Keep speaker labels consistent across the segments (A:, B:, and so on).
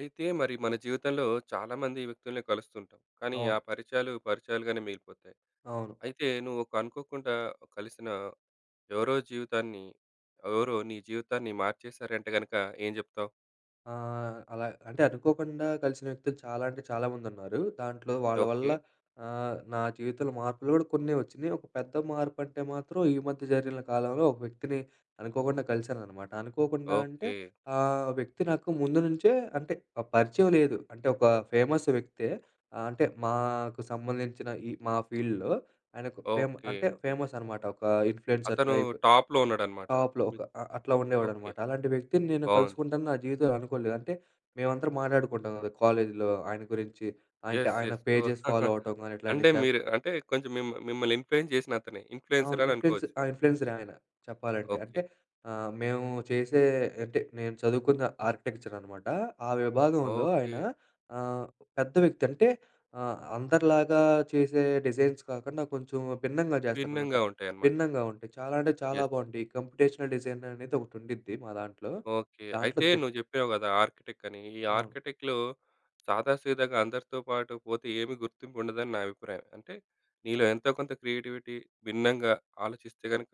A: అయితే మరి మన జీవితంలో చాలామంది వ్యక్తుల్ని కలుస్తుంటాం. కానీ ఆ
B: అవును.
A: పరిచయాలు పరిచయాలుగానే మిగిలిపోతాయి.
B: అవును.
A: అయితే నువ్వు ఒక అనుకోకుండా కలిసిన ఎవరో జీవితాన్ని ఎవరో నీ జీవితాన్ని మార్చేశారంటే గనక ఏం చెప్తావు?
B: అలా అంటే అనుకోకుండా కలిసిన వ్యక్తులు చాలా అంటే చాలా మందున్నారు. దాంట్లో వాళ్ళ వల్ల
A: ఓకే.
B: నా జీవితంలో మార్పులు గూడా కొన్నే వచ్చినియి. ఒక పెద్ద మార్పంటే మాత్రం ఈ మధ్య జరిగిన కాలంలో ఒక వ్యక్తిని అనుకోకుండా కలిసాననమాట. అనుకోకుండా అంటే
A: ఓకే.
B: ఆ వ్యక్తి నాకు ముందు నుంచే అంటే పరిచయం లేదు. అంటే ఒక ఫేమస్ వ్యక్తే. అంటే మాకు సంబంధించిన ఈ మా ఫీల్డ్‌లో ఆయనకు ఫేమ
A: ఓకే.
B: అంటే ఫేమస్ అనమాట. ఒక ఇన్‌ఫ్లుయెన్సర్
A: అతను
B: టైప్.
A: టాప్‌లో ఉన్నాడన్నమాట.
B: టాప్‌లో ఒక
A: హ్మ్.
B: అట్లా
A: ఓకే.
B: ఉండేవాడనమాట. అలాంటి వ్యక్తిని నేను
A: బావుంది.
B: కలుసుకుంటానని నా జీవితంలో అనుకోలేదు. అంటే మేమందరం మాట్లాడుకుంటాం కదా! కాలేజీలో ఆయన గురించి. అంటే
A: యెస్.
B: ఆయన
A: యెస్. ఓహ్!
B: పేజెస్ ఫాలో అవ్వటం గాని
A: అంటే
B: ఇట్లాంటివి
A: మీరు అంటే కొంచెం మిమ్మల్ని ఇన్‌ఫ్లూయెన్స్ చేసిన అతనే.
B: అవును.
A: ఇన్‌ఫ్లూయెన్సర్ అని
B: ఇన్‌ఫ్లుయెన్స్
A: అనుకోవచ్చు.
B: ఆ! ఇన్‌ఫ్లుయెన్సర్ ఆయన చెప్పాలంటే.
A: ఓకే.
B: అంటే మేము చేసే అంటే నేను చదువుకున్న ఆర్కిటెక్చర్ అనమాట. ఆ విభాగంలో
A: ఓకే.
B: ఆయన ఆహ్, పెద్ద వ్యక్తి. అంటే అందరిలాగా చేసే డిజైన్స్ కాకుండా కొంచెం భిన్నంగా చేస్తాడనమాట.
A: భిన్నంగా ఉంటాయన్నమాట.
B: భిన్నంగా ఉంటాయి. చాలా అంటే చాలా
A: యెస్.
B: బావుంటాయి. ఈ కంప్యూటేషనల్ డిజైన్ అనేది ఒకటుండిద్ది మా దాంట్లో.
A: ఓకే.
B: దాంట్లో
A: అయితే
B: దిట్
A: నువ్వు జెప్పావు గదా! ఆర్కిటెక్ అని. ఈ
B: అవును.
A: ఆర్కిటెక్‌లో సాదాసీదాగా అందరితో పాటు పోతే ఏమి గుర్తింపు ఉండదని నా అభిప్రాయం. అంటే నీలో ఎంతో కొంత క్రియేటివిటీ, భిన్నంగా ఆలోచిస్తే గనుక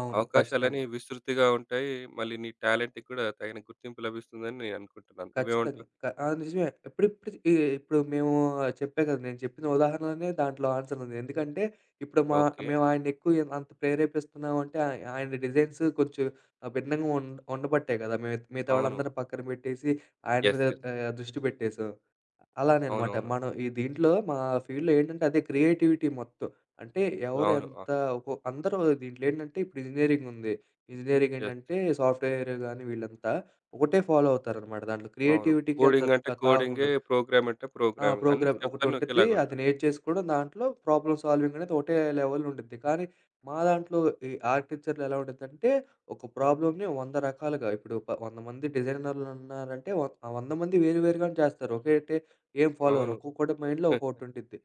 B: అవును. ఖచ్చితంగా.
A: అవకాశాలనేవి విస్తృతిగా ఉంటాయి. మళ్ళీ నీ టాలెంట్‌కి కూడా తగిన గుర్తింపు లభిస్తుందని నేను అనుకుంటున్నాను.
B: ఖచ్చితంగా.
A: నువ్వేమంటావు?
B: ఆ! నిజమే. ఇప్పుడిప్పుడు ఇప్పుడు మేము చెప్పా కదా! నేను చెప్పిన ఉదాహరణలోనే దాంట్లో ఆన్సర్ ఉంది. ఎందుకంటే, ఇప్పుడు మా
A: ఓకే.
B: మేము ఆయన్నెక్కువ అంత ప్రేరేపిస్తున్నామంటే, ఆయన డిజైన్స్ కొంచెం భిన్నంగా ఉండబట్టే కదా! మేము మిగతా
A: అవును.
B: వాళ్ళందరిని పక్కన పెట్టేసి, ఆయన
A: యెస్.
B: మీద
A: యెస్.
B: దృష్టి పెట్టేసాం. అలాననమాట.
A: అవునవును.
B: మనం ఈ దీంట్లో మా ఫీల్డ్‌లో ఏంటంటే, అదే క్రియేటివిటీ మొత్తం. అంటే ఎవరు
A: అవును. ఆ!
B: ఎంత ఒకొ అందరూ దీంట్లో ఏంటంటే, ఇప్పుడు ఇంజినీరింగుంది. Engineering
A: yes.
B: ఏంటంటే, సాఫ్ట్‌వేర్ గాని వీళ్ళంతా ఒకటే ఫాలో అవుతారనమాట. దాంట్లో
A: అవును.
B: క్రియేటివిటీకి అంత
A: కోడింగ్ అంటే కోడింగే,
B: తాహుండదు.
A: ప్రోగ్రామ్ అంటే
B: ఆ!
A: ప్రోగ్రామింగ్. అన్ని
B: ప్రోగ్రామ్
A: స్టెప్స్ అన్నీ
B: ఒకటుండిద్ది.
A: ఒకేలాగా
B: అది
A: ఉంటాయి.
B: నేర్చేసుకోవడం. దాంట్లో ప్రాబ్లమ్ సాల్వింగ్ అనేది ఒకటే లెవెల్‌లో ఉండిద్ది. కానీ మా దాంట్లో ఈ ఆర్కిటెక్చర్‌లో ఎలా ఉండిద్దంటే, ఒక ప్రాబ్లమ్‌ని 100 రకాలుగా ఇప్పుడు 100 మంది డిజైనర్లున్నారంటే, 100 మంది వేరు వేరుగానే చేస్తారు. ఒకటే ఏం ఫాలో అవ్వరు.
A: అవును.
B: ఒక్కొక్కడి మైండ్‌లో ఒక్కొక్కటుండిద్ది.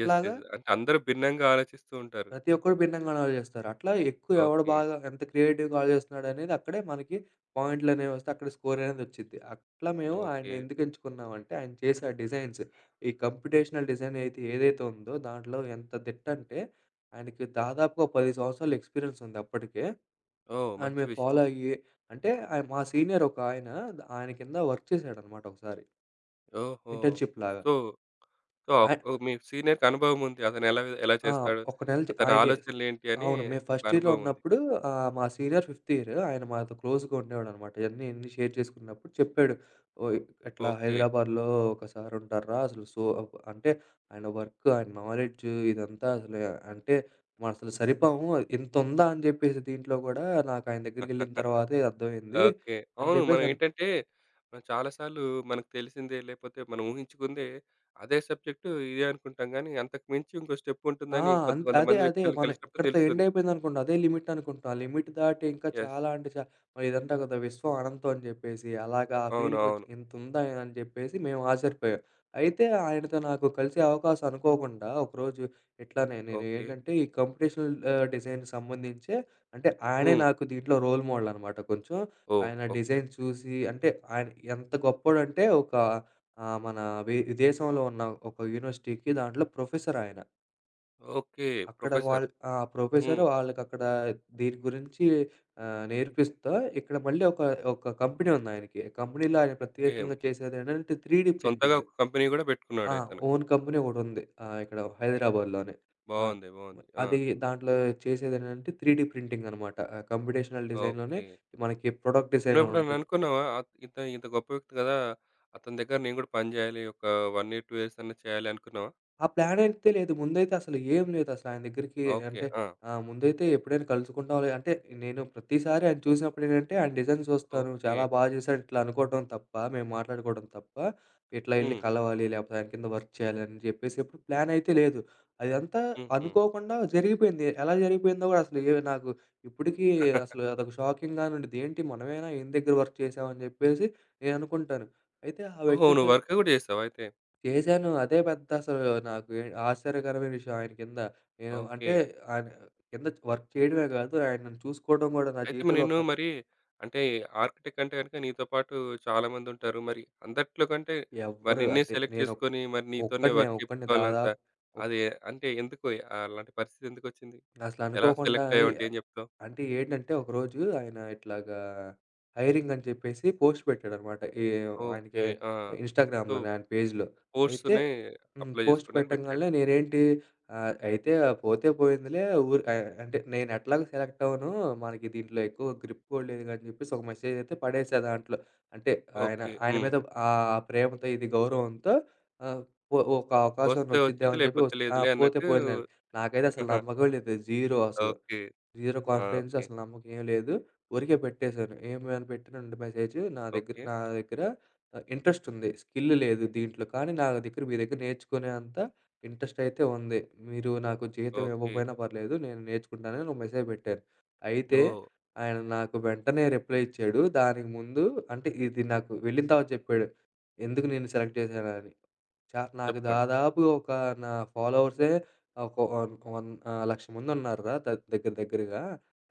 A: యెస్. యెస్. అంటే అందరూ భిన్నంగా ఆలోచిస్తూ ఉంటారు.
B: ప్రతి ఒక్కరు భిన్నంగా ఆలోచిస్తారు. అట్లా ఎక్కువ ఎవడు
A: ఓకే.
B: బాగా ఎంత క్రియేటివ్‌గా ఆలోచిస్తున్నాడనేది అక్కడే మనకి పాయింట్లనేవి వస్తాయి. అక్కడ స్కోర్ అనేది వచ్చిద్ది. అట్లా మేము
A: ఓకే.
B: ఆయన్ని ఎందుకు ఎంచుకున్నామంటే ఆయన చేసే ఆ డిజైన్స్ ఈ కంప్యూటేషనల్ డిజైన్ అయితే ఏదైతే ఉందో దాంట్లో ఎంత దిట్టంటే ఆయనకి దాదాపుగా 10 సంవత్సరాల ఎక్స్‌పీరియన్స్ ఉంది అప్పటికే.
A: ఓహ్!
B: ఆయన
A: మంచి
B: మేము
A: విషయం.
B: ఫాలో అయ్యి అంటే మా సీనియర్ ఒక ఆయన ఆయన కింద వర్క్ చేశాడనమాట ఒకసారి
A: ఓహో!
B: ఇంటర్న్‌షిప్ లాగా.
A: సో, సో,
B: ఆయ
A: మీ సీనియర్‌కి అనుభవం ఉంది. అతనెలా ఎలా ఎలా
B: ఆ!
A: చేస్తాడు?
B: ఒక నెల
A: అతని
B: ఆయనే
A: ఆలోచనలేంటి అని
B: అవును. మేము
A: ఒక
B: ఫస్ట్ ఇయర్‌లో
A: అనుభవం ఉంది.
B: ఉన్నప్పుడు మా సీనియర్ ఫిఫ్త్ ఇయర్. ఆయన మాతో క్లోజ్‌గా ఉండేవాడనమాట. ఇయన్నీ ఇయన్నీ షేర్ చేసుకున్నప్పుడు చెప్పాడు. ఓహ్! ఇట్లా
A: ఓకే.
B: హైదరాబాద్‌లో ఒక సార్ ఉంటార్రా అసలు సో అంటే ఆయన వర్క్, ఆయన నాలెడ్జ్ ఇదంతా అసలు అంటే మనం అసలు సరిపోము. ఇంతుందా అని చెప్పేసి దీంట్లో కూడా నాకు ఆయన దగ్గరికెళ్ళిన తర్వాతే అర్థమైంది
A: ఓకే.
B: అని
A: అవును.
B: చెప్పేసి
A: మనం చాలా సార్లు మనకు తెలిసిందే లేకపోతే మనం ఊహించుకుందే అదే సబ్జెక్టు ఇదే అనుకుంటాం గానీ, అంతకు మించి ఇంకో స్టెప్
B: ఆ!
A: ఉంటుందని కొంత
B: అదే.
A: కొంతమంది
B: అదే.
A: వ్యక్తుల్ని
B: మనం
A: కలిసినప్పుడు
B: ఇక్కడితో ఎండ్
A: తెలుస్తుంది.
B: అయిపోయిందనుకుంటాం. అదే లిమిట్ అనుకుంటాం. ఆ లిమిట్ దాటి ఇంకా
A: యెస్.
B: చాలా అంటే మరి ఇదంటారు కదా! విశ్వం అనంతం అని జెప్పేసి. అలాగా ఆ
A: అవును.
B: ఫీలింగొచ్చి
A: అవును.
B: ఇంతుందా అని జెప్పేసి మేము ఆశ్చర్యపోయాం. అయితే ఆయనతో నాకు కలిసే అవకాశం అనుకోకుండా ఒకరోజు ఇట్లానే నేను
A: ఓకే.
B: ఏంటంటే ఈ కంప్యూటేషనల్ డిజైన్‌కి సంబంధించే అంటే ఆయనే
A: హ్మ్.
B: నాకు దీంట్లో రోల్ మోడల్ అనమాట కొంచెం.
A: ఓహ్!
B: ఆయన
A: ఓకే.
B: Design
A: okay.
B: చూసి అంటే ఆయన ఎంత గొప్పోడంటే ఒక మన విదేశంలో ఉన్న ఒక యూనివర్సిటీకి దాంట్లో ప్రొఫెసర్ ఆయన.
A: ఓకే.
B: అక్కడ
A: ప్రొఫెసర్.
B: వాళ్ళు ఆ! ప్రొఫెసర్
A: హ్మ్.
B: వాళ్ళకక్కడ దీని గురించి నేర్పిస్తా, ఇక్కడ మళ్ళీ ఒక, ఒక కంపెనీ ఉందాయనకి. కంపెనీలో ఆయన
A: ఏం
B: ప్రత్యేకంగా చేసేదేంటంటే 3డీ
A: సొంతగా
B: ప్రింటింగ్.
A: ఒక కంపెనీ గూడా
B: ఆ!
A: పెట్టుకున్నాడతను.
B: ఓన్ కంపెనీ ఒకటుంది. ఇక్కడ హైదరాబాద్‌లోనే. ఆ!
A: బావుంది. బావుంది. ఆ!
B: అది దాంట్లో చేసేదేంటంటే 3డీ ప్రింటింగ్ అనమాట. కంప్యూటేషనల్ డిజైన్‌లోనే
A: ఓకే.
B: మనకి ప్రొడక్ట్ డిజైన్ అని
A: నువ్వెప్పుడన్నా
B: ఉంటది.
A: అనుకున్నావా? అత్ ఇత ఇంత గొప్ప వ్యక్తి కదా! అతని దగ్గర నేను గూడా పని జేయాలి. ఒక 1 ఇయర్, 2 ఇయర్స్ అన్నా చేయాలి అనుకున్నావా?
B: ఆ ప్లానయితే లేదు. ముందైతే అసలు ఏం లేదు. అసలు ఆయన దగ్గరికి
A: ఓకే.
B: అంటే
A: ఆ!
B: ముందైతే ఎప్పుడైనా కలుసుకుంటాం లే అంటే నేను ప్రతిసారి ఆయన చూసినప్పుడు ఏంటంటే ఆయన డిజైన్ చూస్తాను.
A: ఓకే.
B: చాలా బాగా చేశాడు ఇట్లా అనుకోవటం తప్ప, మేము మాట్లాడుకోవడం తప్ప, ఇట్లా ఎళ్లి
A: హ్మ్.
B: కలవాలి లేకపోతే ఆయన కింద వర్క్ చేయాలని చెప్పేసి ఎప్పుడు ప్లాన్ అయితే లేదు. అదంతా
A: హుహు.
B: అనుకోకుండా జరిగిపోయింది. ఎలా జరిగిపోయిందో కూడా అసలు ఏ నాకు ఇప్పటికీ అసలు అదొక షాకింగ్‌గానే ఉండిద్ది. ఏంటి మనమేనా ఈయన దగ్గర వర్క్ చేసామని చెప్పేసి నేను అనుకుంటాను. అయితే ఆ
A: ఓహో! నువ్వు
B: వ్యక్తితో
A: వర్క్ గూడా జేసావా అయితే?
B: చేశాను. అదే పెద్ద అసలు నాకు ఏ ఆశ్చర్యకరమైన విషయం ఆయన కింద. నేను
A: ఓకే.
B: అంటే ఆయన కింద వర్క్ చేయడమే కాదు, ఆయన నన్ను చూసుకోవడం కూడా నా
A: అయితే మరి
B: జీవితంలో
A: నేను
B: ఒక
A: మరి అంటే ఆర్కిటెక్ట్ అంటే గనుక నీతో పాటు చాలామంది ఉంటారు. మరి అందట్లో కంటే మరి
B: ఎవ్వరు
A: నిన్నే
B: అంటే
A: సెలెక్ట్
B: నేను
A: చేసుకొని మరి నీతోనే
B: ఒక్కడినే,
A: వర్క్
B: ఒక్కడినే
A: చేపించుకోవాలంత
B: దాదాపు ఒక్
A: అది అంటే ఎందుకు అలాంటి పరిస్థితి ఎందుకొచ్చింది? ఎలా
B: అసలనుకోకుండా
A: సెలెక్ట్
B: అని
A: అయ్యావంటే ఏం చెప్తావు?
B: అంటే ఏంటంటే ఒకరోజు ఆయన ఇట్లాగా హైరింగ్ అని చెప్పేసి పోస్ట్ పెట్టాడనమాట. ఈ ఆయనకి
A: ఓకే. ఆ! సో,
B: ఇన్‌స్టాగ్రామ్‌లోనే ఆయన పేజ్‌లో. అయితే
A: పోస్ట్‌నే
B: హ్మ్.
A: అప్లై
B: పోస్ట్
A: చేసుకోండి అని పెట్టాడు.
B: పెట్టంగాల్నే నేనేంటి అయితే పోతే పోయిందిలే ఊరు అంటే నేను ఎట్లాగో సెలెక్ట్ అవ్వను. మనకి దీంట్లో ఎక్కువ గ్రిప్ కూడా లేదు అని చెప్పేసి ఒక మెసేజ్ అయితే పడేసా దాంట్లో. అంటే ఆయన
A: ఓకే.
B: ఆయన
A: హ్మ్.
B: మీద ఆ ప్రేమతో ఇది గౌరవంతో ఆహ్, ఒక అవకాశం
A: వస్తే
B: వచ్చిద్దేమో
A: వచ్చింది
B: అని చెప్పి
A: లేకపోతే
B: ఆ!
A: లేదులే
B: పోతే
A: అన్నట్టు
B: పోయిందని. నాకైతే అసలు
A: ఆహా!
B: నమ్మకం లేదు. జీరో అసలు.
A: ఓకే.
B: జీరో
A: ఆ!
B: Confidence
A: okay.
B: అసలు నమ్మకం ఏం లేదు. ఊరికే పెట్టేశాను. ఏమని పెట్టానంటే మెసేజ్
A: ఓకే.
B: నా దగ్గర ఇంట్రెస్ట్ ఉంది. స్కిల్ లేదు దీంట్లో. కానీ నా దగ్గర మీ దగ్గర నేర్చుకునే అంత ఇంట్రెస్ట్ అయితే ఉంది. మీరు నాకు జీతం
A: ఓకే.
B: ఇవ్వకపోయినా పర్లేదు. నేను నేర్చుకుంటానని ఒక మెసేజ్ పెట్టాను. అయితే
A: ఓహ్!
B: ఆయన నాకు వెంటనే రిప్లై ఇచ్చాడు. దానికి ముందు అంటే ఇది నాకు వెళ్ళిన తర్వాత చెప్పాడు. ఎందుకు నిన్ను సెలెక్ట్ చేశానని. నాకు
A: చెప్పండి.
B: దాదాపు ఒక నా ఫాలోవర్సే ఒక వన్ వన్ 1,00,000 మందున్నారురా దగ్గర దగ్గరగా.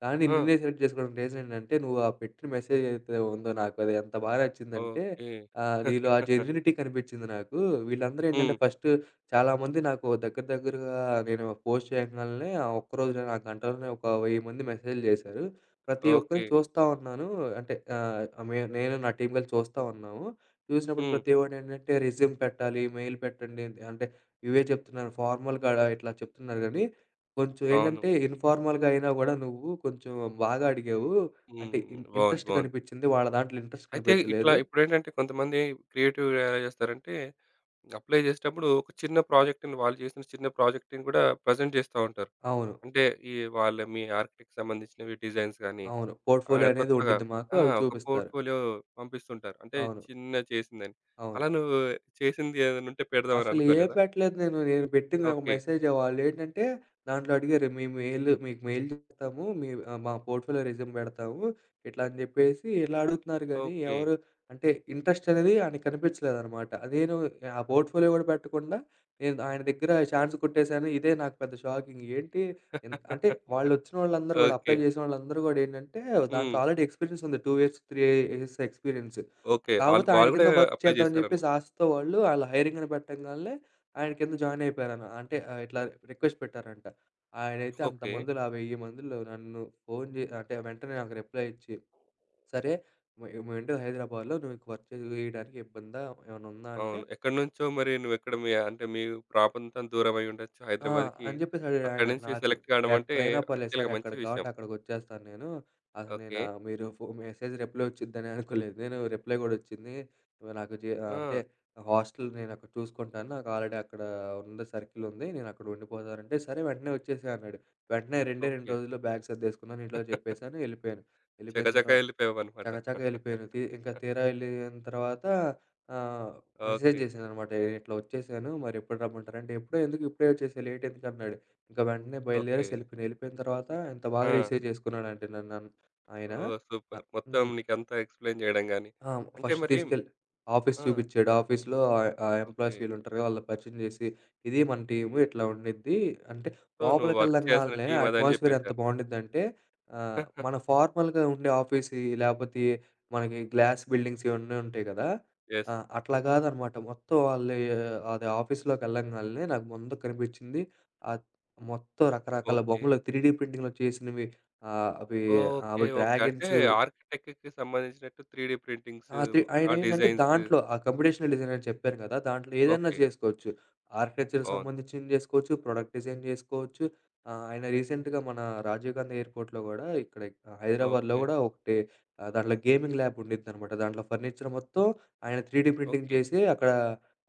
B: కానీ
A: ఆ!
B: నిన్నే సెలెక్ట్ చేసుకోవడానికి రీజన్ ఏంటంటే, నువ్వు ఆ పెట్టిన మెసేజ్ ఏదైతే ఉందో నాకు అది ఎంత బాగా నచ్చిందంటే,
A: ఓకే.
B: నీలో ఆ జెన్యూనిటీ కనిపించింది నాకు. వీళ్ళందరూ
A: హ్మ్.
B: ఏంటంటే ఫస్ట్ చాలామంది నాకు దగ్గర దగ్గరగా నేను పోస్ట్ చేయంగాల్నే ఆ ఒక్కరోజులో నా గంటలోనే ఒక 1000 మంది మెసేజ్‌లు చేశారు. ప్రతి
A: ఓకే.
B: ఒక్కరిని చూస్తా ఉన్నాను. అంటే నేను నా టీమ్ కలిసి చూస్తా ఉన్నాము. చూసినప్పుడు
A: హ్మ్.
B: ప్రతివాడేంటంటే రెజ్యూమ్ పెట్టాలి, మెయిల్ పెట్టండి అని అంటే ఇవే చెప్తున్నారు. ఫార్మల్‌గా ఇట్లా చెప్తున్నారు గానీ, కొంచెం
A: అవును.
B: ఏంటంటే ఇన్‌ఫార్మల్‌గా అయినా గూడా నువ్వు కొంచెం బాగా అడిగావు. అంటే
A: హ్మ్. బావుంది.
B: ఇంట్రెస్ట్
A: బావుంది.
B: కనిపిచ్చింది. వాళ్ళ దాంట్లో ఇంట్రెస్ట్
A: అయితే ఇట్లా
B: కనిపించలేదు.
A: ఇప్పుడేంటంటే కొంతమంది క్రియేటివ్‌గా ఎలా చేస్తారంటే, అప్లై చేసేటప్పుడు ఒక చిన్న ప్రాజెక్ట్‌ని వాళ్ళు చేసిన చిన్న ప్రాజెక్ట్‌ని కూడా ప్రజెంట్ చేస్తా ఉంటారు.
B: అవును.
A: అంటే ఈ వాళ్ళ మీ ఆర్కిటెక్ట్ సంబంధించినవి డిజైన్స్ గాని,
B: అవును. పోర్ట్‌ఫోలియో అనేది
A: కొత్తగా
B: ఉండిద్ది మాకు.
A: ఆ!
B: అవి
A: ఒక
B: చూపిస్తారు.
A: పోర్ట్‌ఫోలియో పంపిస్తుంటారు. అంటే
B: అవును.
A: చిన్న చేసిందని.
B: అవును.
A: అలా నువ్వు చేసింది ఏదైనా ఉంటే పెడదామని
B: అసలు ఏ
A: అనుకోలేదా?
B: పెట్టలేదు నేను. నేను పెట్టింది ఒక
A: ఓకే.
B: మెసేజే. వాళ్ళేంటంటే దాంట్లో అడిగారు, "మీ మెయిల్ మీకు మెయిల్ చేస్తాము. మీ మా పోర్ట్‌ఫోలియో రెజ్యూమ్ పెడతాము." ఇట్లా అని చెప్పేసి ఇలా అడుగుతున్నారు గానీ,
A: ఓకే.
B: ఎవరు అంటే ఇంట్రెస్ట్ అనేది ఆయనకి కనిపించలేదనమాట. నేను ఆ పోర్ట్‌ఫోలియో కూడా పెట్టకుండా నేను ఆయన దగ్గర ఛాన్స్ కొట్టేసాను. ఇదే నాకు పెద్ద షాకింగ్. ఏంటి అంటే వాళ్ళొచ్చిన వాళ్ళందరూ కూడా
A: ఓకే.
B: అప్లై చేసిన వాళ్ళందరూ కూడా ఏంటంటే
A: హ్మ్.
B: దాంట్లో ఆల్రెడీ ఎక్స్‌పీరియన్స్ ఉంది. 2 ఇయర్స్, 3 ఇయర్స్ ఎక్స్‌పీరియన్స్.
A: ఓకే. ఆళ్ళు
B: కాపోతే ఆయన
A: వాళ్ళు కూడా
B: కింద వర్క్
A: అప్లై
B: చేద్దాం అని జెప్పేసి
A: చేసారన్నమాట.
B: ఆశతో వాళ్ళు ఆళ్ళ హైరింగ్‌ని పెట్టంగాల్నే ఆయన కింద జాయిన్ అయిపోయారన. అంటే ఇట్లా రిక్వెస్ట్ పెట్టారంట. ఆయనైతే అంత
A: ఓకే.
B: మందిలో ఆ 1000 మందిలో నన్ను ఫోను జే అంటే వెంటనే నాకు రిప్లై ఇచ్చి, "సరే మేముండేది హైదరాబాద్‌లో నువ్వు వర్క్ చేయడానికి ఇబ్బందా? ఏమన్నా ఉందా?" అంటే
A: అవును. ఎక్కడి నుంచో మరి నువ్వెక్కడ మీ ప్రాంతం దూరమై ఉండొచ్చు
B: ఆ!
A: హైదరాబాద్‌కి.
B: అని జెప్పేసాడు
A: అక్కడి
B: ఆయన
A: నుంచి
B: నాకు.
A: సెలెక్ట్ కావడం అంటే
B: ఎక్కడైనా పర్లేదు సార్
A: యాక్చువల్‌గా మంచి
B: ఎక్కడికి
A: విషయం.
B: కావాలంటే అక్కడికొచ్చేస్తాను నేను. అసలు
A: ఓకే.
B: నేనా మీరు మెసేజ్ రిప్లై వచ్చిద్దని అనుకోలేదు. నేను రిప్లై గూడా వచ్చింది. నాకు అంటే
A: ఆ!
B: హాస్టల్ నేనక్కడ చూసుకుంటాను. నాకు ఆల్రెడీ అక్కడ ఉంది సర్కిల్ ఉంది. నేనక్కడ ఉండిపోతానంటే, సరే వెంటనే వచ్చేసేయి అన్నాడు. వెంటనే 2
A: ఓకే.
B: రోజుల్లో బ్యాగ్ సర్దేసుకున్నాను. ఇంట్లో చెప్పేసాను. ఎళ్ళిపోయాను. ఎళ్ళిపోయిన
A: చకచక
B: తర్వా
A: ఎళ్ళిపోయావన్నమాట.
B: చకచక వెళ్ళిపోయాను. ఇంకా తీరా వెళ్ళిన తర్వాత ఆహ్, మెసేజ్
A: ఓకే.
B: చేశాననమాట. "ఇట్లా వచ్చేసాను మరి ఎప్పుడు రమ్మంటారంటే" "ఎప్పుడో ఎందుకు ఇప్పుడే వచ్చేసేయి లేట్ ఎందుకు" అన్నాడు. ఇంకా వెంటనే
A: ఓకే.
B: బయలుదేరేసి వెళ్ళిపోయాను. వెళ్ళిపోయిన తర్వాత ఎంత బాగా
A: ఆ!
B: రిసీవ్ చేసుకున్నాడంటే నన్ను ఆయన.
A: ఓహ్! సూపర్.
B: ఆహ్,
A: మొత్తం
B: హ్మ్.
A: నీకంతా ఎక్స్‌ప్లెయిన్ చేయడం గాని,
B: ఆ!
A: అంటే
B: ఫస్ట్
A: మరి
B: తీసుకెళ్ళి ఆఫీస్
A: ఆ!
B: చూపిచ్చాడు. ఆఫీస్‌లో ఆ
A: ఓకే.
B: ఎంప్లాయీస్ వీళ్ళుంటారు కదా! వాళ్ళకి పరిచయం చేసి, ఇది మన టీము ఇట్లా ఉండిద్ది. అంటే
A: సో, నువ్వు వర్క్ చేయాల్సిన
B: లోపలికెళ్ళంగాల్నే
A: టీమ్ అదని
B: అట్మాస్ఫియర్ ఎంత
A: చెప్పేసారు. యెస్.
B: బావుండిద్దంటే మన ఫార్మల్‌గా ఉండే ఆఫీస్ లేపోతే మనకి గ్లాస్ బిల్డింగ్స్ ఇవన్నీ ఉంటాయి కదా! ఆ! అట్లా కాదనమాట. మొత్తం వాళ్ళు అది ఆఫీస్‌లోకెళ్ళంగాల్నే నాకు ముందు కనిపించింది ఆహ్, మొత్తం రకరకాల
A: ఓకే.
B: బొమ్మలు 3 డీ ప్రింటింగ్‌లో చేసినవి. ఆహ్, అవి
A: ఓకే.
B: అవి
A: ఓకే. అంటే
B: డ్రాగన్స్
A: ఆర్కిటెక్‌కి సంబంధించినట్టు 3 డి ప్రింటింగ్స్,
B: ఆ!
A: ఆ
B: ఆయనేంటంటే
A: డిజైన్స్.
B: దాంట్లో ఆ కంప్యూటేషనల్ డిజైన్ అని చెప్పాను కదా! దాంట్లో ఏదన్నా
A: ఓకే.
B: జేసుకోవచ్చు. ఆర్కిటెక్చర్‌కి
A: బావుంది.
B: సంబంధించింది జేసుకోవచ్చు, ప్రొడక్ట్ డిజైన్ జేసుకోవచ్చు. ఆయన రీసెంట్‌గా మన రాజీవ్ గాంధీ ఎయిర్‌పోర్ట్‌లో గూడా ఇక్కడ హైదరాబాద్‌లో
A: ఓకే.
B: గూడా ఒకటి దాంట్లో గేమింగ్ ల్యాబ్ ఉండిద్దనమాట. దాంట్లో ఫర్నిచర్ మొత్తం ఆయన 3 డి ప్రింటింగ్
A: ఓకే.
B: చేసి అక్కడ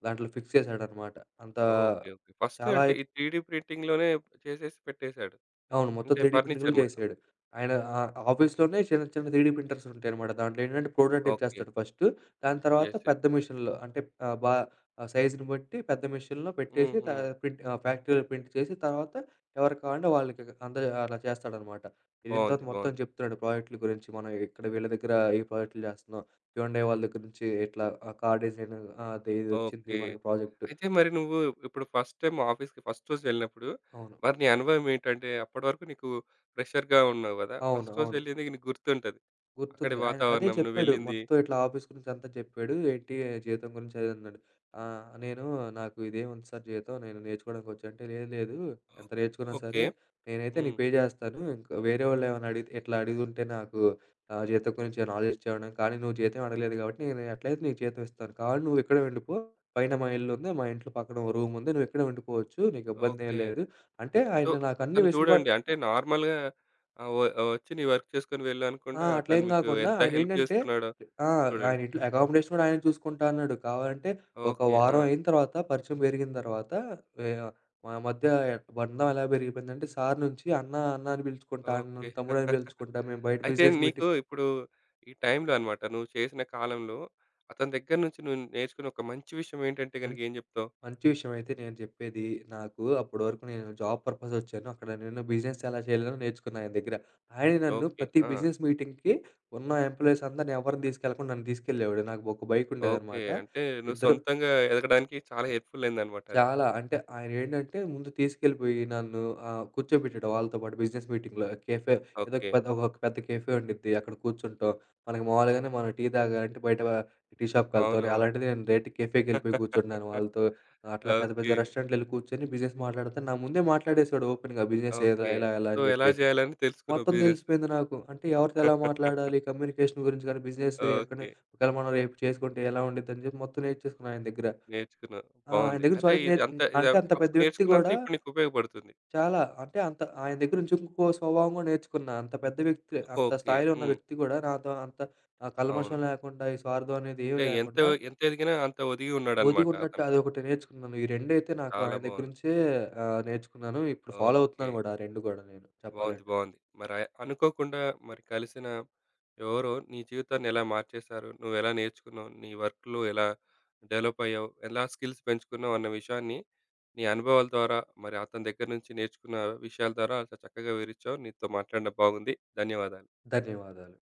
B: దాంట్లో ఫిక్స్ చేశాడనమాట. అంత
A: ఓకే. ఓకే. ఫస్ట్
B: చాలా
A: అంటే ఈ
B: అయితే
A: 3డీ ప్రింటింగ్‌లోనే చేసేసి పెట్టేసాడు.
B: అవును. మొత్తం
A: అంటే
B: 3డీ ప్రింటింగ్‌లు
A: ఫర్నిచర్ మొత్తం.
B: చేసాడు. ఆయన ఆఫీస్‌లోనే చిన్న చిన్న 3డీ ప్రింటర్స్ ఉంటాయన్నమాట. దాంట్లో ఏంటంటే ప్రోటోటైప్
A: ఓకే.
B: చేస్తాడు ఫస్ట్. దాని తర్వాత
A: యెస్. యెస్.
B: పెద్ద మిషన్‌లో అంటే ఆహ్, బా సైజ్‌ని బట్టి పెద్ద మిషన్‌లో పెట్టేసి
A: హుహు.
B: ప్రింట్ ఫ్యాక్టరీలో ప్రింట్ చేసి తర్వాత ఎవరికి కావాలంటే వాళ్ళకి అలా చేస్తాడన్నమాట. ఎళ్ళిన
A: బావుంది.
B: తర్వాత మొత్తం
A: బావుంది.
B: చెప్తున్నాడు ప్రాజెక్ట్‌ల గురించి. మనం ఇక్కడ వీళ్ళ దగ్గర ఈ ప్రాజెక్ట్‌లు చేస్తున్నాం. హ్యుండై వాళ్ళ దగ్గర నుంచి ఇట్లా కార్ డిజైన్ అది ఇది వచ్చింది
A: ఓకే.
B: మనకి ప్రాజెక్ట్.
A: అయితే మరి నువ్వు ఇప్పుడు ఫస్ట్ టైమ్ ఆఫీస్‌కి ఫస్ట్ రోజు వెళ్ళినప్పుడు
B: అవును.
A: మరి నీ అనుభవం ఏంటంటే అప్పటి వరకు నీకు ఫ్రెషర్‌గా ఉన్నావు గదా!
B: అవును.
A: ఫస్ట్ రోజు
B: అవును.
A: వెళ్ళింది నీకు గుర్తుంటది. అక్కడి
B: గుర్తుంది. ఆయన అదే
A: వాతావరణం నువ్వు
B: చెప్పాడు.
A: వెళ్ళింది
B: మొత్తం ఇట్లా ఆఫీస్ గురించి అంతా చెప్పాడు. ఏంటి జీతం గురించి అది అన్నాడు. నేను నాకు ఇదేముంది సార్ జీతం నేను నేర్చుకోవడానికొచ్చా అంటే, లేదు లేదు ఎంత నేర్చుకున్నా
A: ఓకే.
B: సరే నేనైతే నీకు
A: హ్మ్.
B: పే చేస్తాను. ఇంకా వేరే వాళ్ళు ఏమైనా అడిగి ఇట్లా అడుగుంటే నాకు జీతం గురించి నాలెడ్జ్ ఇచ్చేవాడిని. కానీ నువ్వు జీతం అడగలేదు కాబట్టి నేను ఎట్లయితే నీకు జీతం ఇస్తాను. కావాలి నువ్వు ఇక్కడే ఉండిపో. పైన మా ఇల్లుంది. మా ఇంట్లో పక్కన ఓ రూముంది. నువ్వు ఇక్కడే ఉండిపోవచ్చు. నీకు ఇబ్బందేం
A: ఓకే.
B: లేదు. అంటే
A: సో,
B: ఆయన నాకు అన్ని
A: తను
B: వెసులుబాటు
A: చూడండి అంటే నార్మల్‌గా ఆహ్, వ వచ్చి నీ వర్క్ చేసుకొని వెళ్ళు
B: ఆ!
A: అనకుండా తను
B: అట్లేం
A: మీకు
B: గాకుండా
A: ఎంత హెల్ప్
B: ఆయనేంటంటే
A: చేస్తున్నాడో
B: ఆ! ఆయన
A: చూడండి.
B: ఇంట్లో అకామిడేషన్ గూడా ఆయనే చూసుకుంటా అన్నాడు. కావాలంటే ఒక
A: ఓకే. ఆ!
B: వారం అయిన తర్వాత పరిచయం పెరిగిన తర్వాత వే మన మధ్య బంధం ఎలా పెరిగిపోయిందంటే సార్ నుంచి అన్న అని పిలుచుకుంటా,
A: ఓకే.
B: నన్ను తమ్ముడు అని పిలుచుకుంటా. మేము బయట
A: అయితే
B: బిజినెస్
A: నీకు
B: మీటింగ్
A: ఇప్పుడు ఈ టైంలో అన్నమాట నువ్వు చేసిన కాలంలో అతని దగ్గర నుంచి నువ్వు నేర్చుకున్న ఒక మంచి విషయం ఏంటంటే
B: మం
A: గనుక ఏం చెప్తావు?
B: మంచి విషయం అయితే నేను చెప్పేది. నాకు అప్పటి వరకు నేను జాబ్ పర్పస్ వచ్చాను. అక్కడ నేను బిజినెస్ ఎలా చేయాలో నేర్చుకున్నా ఆయన దగ్గర. ఆయన నన్ను
A: ఓకే.
B: ప్రతి
A: ఆ!
B: బిజినెస్ మీటింగ్‌కి ఉన్న ఎంప్లాయీస్ అందరిని ఎవరిని తీసుకెళ్ళకుండా నన్ను తీసుకెళ్ళేవాడు. నాకు ఒక బైక్
A: ఓకే.
B: ఉండేదనమాట.
A: అంటే నువ్వు
B: ఇద్దరు
A: సొంతంగా ఎదగడానికి చాలా హెల్ప్‌ఫుల్ అయిందన్నమాట అది.
B: చాలా. అంటే ఆయనేంటంటే ముందు తీసుకెళ్ళిపోయి నన్ను కూర్చోబెట్టాడు వాళ్ళతో పాటు బిజినెస్ మీటింగ్‌లో. కేఫే ఏదో ఒక
A: ఓకే.
B: పెద్ద ఒక పెద్ద కేఫే ఉండిద్ది. అక్కడ కూర్చుంటాం. మనకు మామూలుగానే మనం టీ తాగాలంటే బయట టీ షాప్‌కెళ్తాం.
A: అవునవును.
B: అలాంటిది నేను డైరెక్ట్ కేఫేకెళ్ళిపోయి కూర్చుంటున్నాను వాళ్ళతో. అట్లా పెద్ద పెద్ద
A: ఓకే.
B: రెస్టారెంట్‌లెళ్లి కూర్చొని బిజినెస్ మాట్లాడితే నా ముందే మాట్లాడేసాడు ఓపెన్‌గా బిజినెస్ ఇలా,
A: ఓకే.
B: ఇలా, ఇలా
A: సో,
B: అని
A: ఎలా
B: చెప్పేసి.
A: చేయాలని తెలుసుకున్నావు
B: మొత్తం
A: బిజినెస్.
B: తెలిసిపోయింది నాకు. అంటే ఎవరితో ఎలా మాట్లాడాలి, కమ్యూనికేషన్ గురించి కానీ, బిజినెస్ ఎక్కడ
A: ఓకే.
B: ఒకవేళ మనం రేపు చేసుకుంటే ఎలా ఉండిద్దని చెప్పి మొత్తం నేర్చేసుకున్నా ఆయన దగ్గర.
A: నేర్చుకున్నావు.
B: ఆ! ఆయన
A: బావుంది.
B: దగ్గర నుంచి
A: అయితే
B: స్వలిత
A: ఇది
B: నేర్చుకున్
A: అంతా ఇది
B: అంటే అంత పెద్ద
A: అప్పుడు
B: వ్యక్తి
A: నేర్చుకున్నంత
B: గూడా
A: ఇప్పుడు నీకు ఉపయోగపడుతుంది.
B: చాలా అంటే అంత ఆయన దగ్గర నుంచి ఇంకో స్వభావం గూడా నేర్చుకున్నా. అంత పెద్ద వ్యక్తి, అంత
A: ఓకే.
B: స్థాయిలో ఉన్న
A: హ్మ్.
B: వ్యక్తి గూడా నాతో అంత
A: అవును.
B: కల్మషం లేకుండా, ఈ స్వార్థం అనేది ఏమి
A: అంటే ఎంత
B: లేకుండా
A: ఎంత ఎదిగినా అంత ఒదిగి
B: ఒదిగి
A: ఉన్నాడన్నమాట
B: ఉన్నట్టు
A: అతను.
B: అదొకటి నేర్చుకున్నాను. ఈ రెండైతే నాకు
A: చాలా
B: ఆయన దగ్గర
A: బావుంది.
B: నుంచే నేర్చుకున్నాను. ఇప్పుడు ఫాలో
A: ఓకే.
B: అవుతున్నాను గూడా ఆ 2 గూడా నేను
A: బావుంది.
B: చెప్పాలంటే.
A: బావుంది. మరి ఆ- అనుకోకుండా మరి కలిసిన ఎవరో నీ జీవితాన్ని ఎలా మార్చేశారు? నువ్వెలా నేర్చుకున్నావు? నీ వర్క్‌లో ఎలా డెవలప్ అయ్యావు? ఎలా స్కిల్స్ పెంచుకున్నావు? అన్న విషయాన్ని నీ అనుభవాల ద్వారా మరి అతని దగ్గర నుంచి నేర్చుకున్న విషయాల ద్వారా చాలా చక్కగా వివరించావు. నీతో మాట్లాడడం బాగుంది. ధన్యవాదాలు.
B: ధన్యవాదాలు.